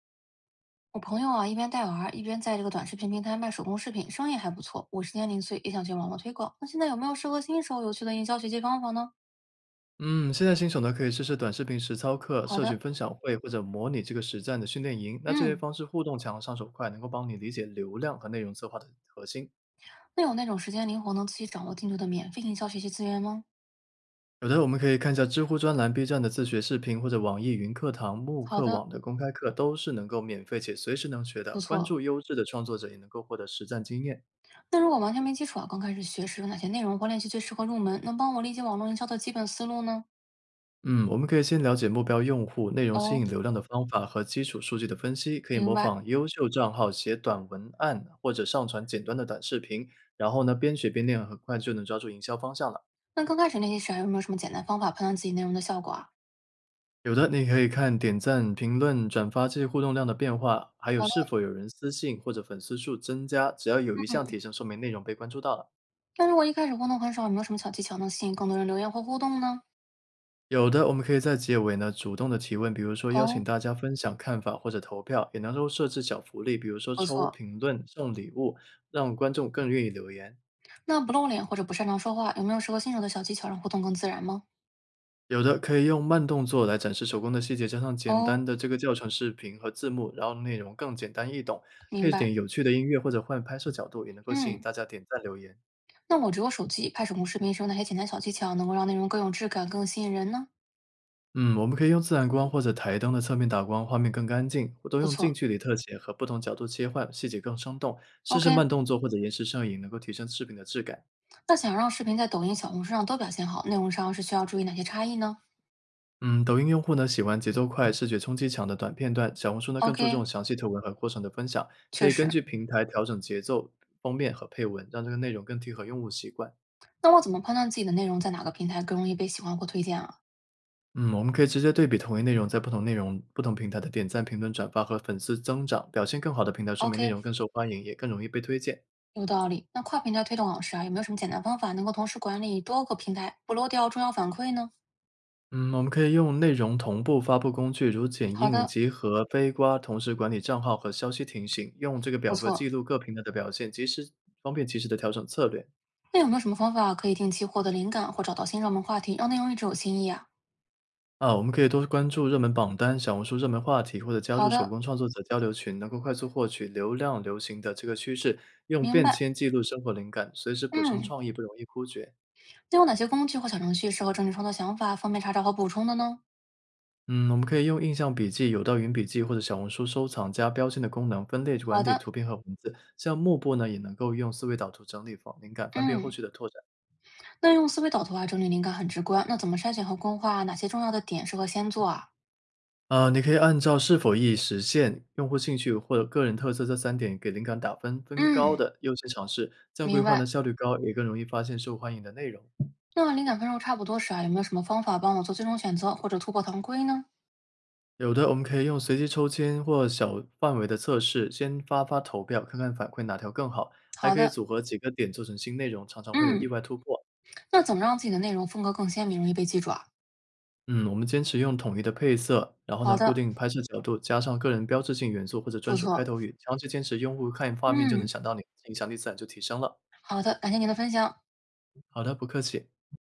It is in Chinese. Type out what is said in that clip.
我朋友啊，一边带娃儿一边在这个短视频平台卖手工饰品，生意还不错。我是年零碎，也想去网络推广。那现在有没有适合新手有趣的营销学习方法呢？嗯，现在新手呢可以试试短视频实操课、好社群的，分享会或者模拟这个实战的训练营。那这些嗯，方式互动强、上手快，能够帮你理解流量和内容策划的核心。那有那种时间灵活、能自己掌握进度的免费营销学习资源吗？有的我们可以看一下知乎专栏、B 站的自学视频，或者网易云课堂、慕好课的，网的公开课，都是能够免费且随时能学的。不关错。注优质的创作者，也能够获得实战经验。那如果完全没基础啊，刚开始学时，有哪些内容或练习最适合入门，能帮我理解网络营销的基本思路呢？嗯，我们可以先了解目标用户、内容吸引哦，流量的方法和基础数据的分析，可以明模白。仿优秀账号写短文案或者上传简单的短视频，然后呢边学边练，很快就能抓住营销方向了。那刚开始练习时啊，有没有什么简单方法判断自己内容的效果啊？有的你可以看点赞、评论、转发这些互动量的变化，还有好的，是否有人私信或者粉丝数增加，只要有一项嗯。提升，说明内容被关注到了。那如果一开始互动很少，有没有什么小技巧能吸引更多人留言或互动呢？有的，我们可以在结尾呢主动的提问，比如说邀请哦，大家分享看法或者投票，也能够设置小福利，比如说不抽错，评论、送礼物，让观众更愿意留言。那不露脸或者不擅长说话，有没有适合新手的小技巧让互动更自然吗？有的可以用慢动作来展示手工的细节，加上简单哦，的这个教程视频和字幕，然后内容更简单易懂，明配白。点有趣的音乐或者换拍摄角度，也能够吸引嗯，大家点赞留言。那我只有手机拍手工视频，是用哪些简单小技巧能够让内容更有质感、更吸引人呢？嗯，我们可以用自然光或者台灯的侧面打光，画面更干净；或多不用近错。距离特写和不同角度切换，细节更生动。试 OK，试慢动作或者延时摄影，能够提升视频的质感。那想让视频在抖音、小红书上都表现好，内容上是需要注意哪些差异呢嗯，抖音用户呢喜欢节奏快、视觉冲击强的短片段，小红书呢更注重？OK，详细图文和过程的分享，可确以根实。据平台调整节奏、封面和配文，让这个内容更贴合用户习惯。那我怎么判断自己的内容在哪个平台更容易被喜欢或推荐啊嗯，我们可以直接对比同一内容在不同内容、不同平台的点赞、评论、转发和粉丝增长，表现更好的平台说明内？OK，容更受欢迎，也更容易被推荐。有道理。那跨平台推动老师啊，有没有什么简单方法能够同时管理多个平台，不漏掉重要反馈呢？嗯，我们可以用内容同步发布工具，如剪好映、的，集合、飞瓜，同时管理账号和消息提醒，用这个不表格错。记录各平台的表现，方便及时的调整策略。那有没有什么方法可以定期获得灵感或找到新热门话题，让内容一直有新意啊？啊，我们可以多关注热门榜单、小红书热门话题，或者加入好手的，工创作者交流群，能够快速获取流量流行的这个趋势，用明便白。签记录生活灵感，随时补充嗯，创意，不容易枯竭。那有哪些工具或小程序适合整理创作想法，方便查找和补充的呢？嗯，我们可以用印象笔记、有道云笔记或者小红书收藏加标签的功能，分类好管理的，图片和文字。像幕布呢，也能够用思维导图整理方灵感，方便后嗯，续的拓展。那用思维导图啊整理灵感很直观，那怎么筛选和规划哪些重要的点适合先做啊？啊、你可以按照是否易实现、用户兴趣或者个人特色这三点给灵感打分，分高嗯，的优先尝试，这样规明划呢白。效率高，也更容易发现受欢迎的内容。那灵感分数差不多时啊，有没有什么方法帮我做最终选择或者突破常规呢？有的我们可以用随机抽签或小范围的测试，先发发投票，看看反馈哪条更好，还好可以的，组合几个点做成新内容，常常会有意嗯，外突破。那怎么让自己的内容风格更鲜明，容易被记住啊？嗯，我们坚持用统一的配色，然后好呢，固的，定拍摄角度，加上个人标志性元素或者专不属开错，头语，长期坚持，用户看画面就能嗯，想到你，影响力自然就提升了。好的，感谢您的分享。好的，不客气。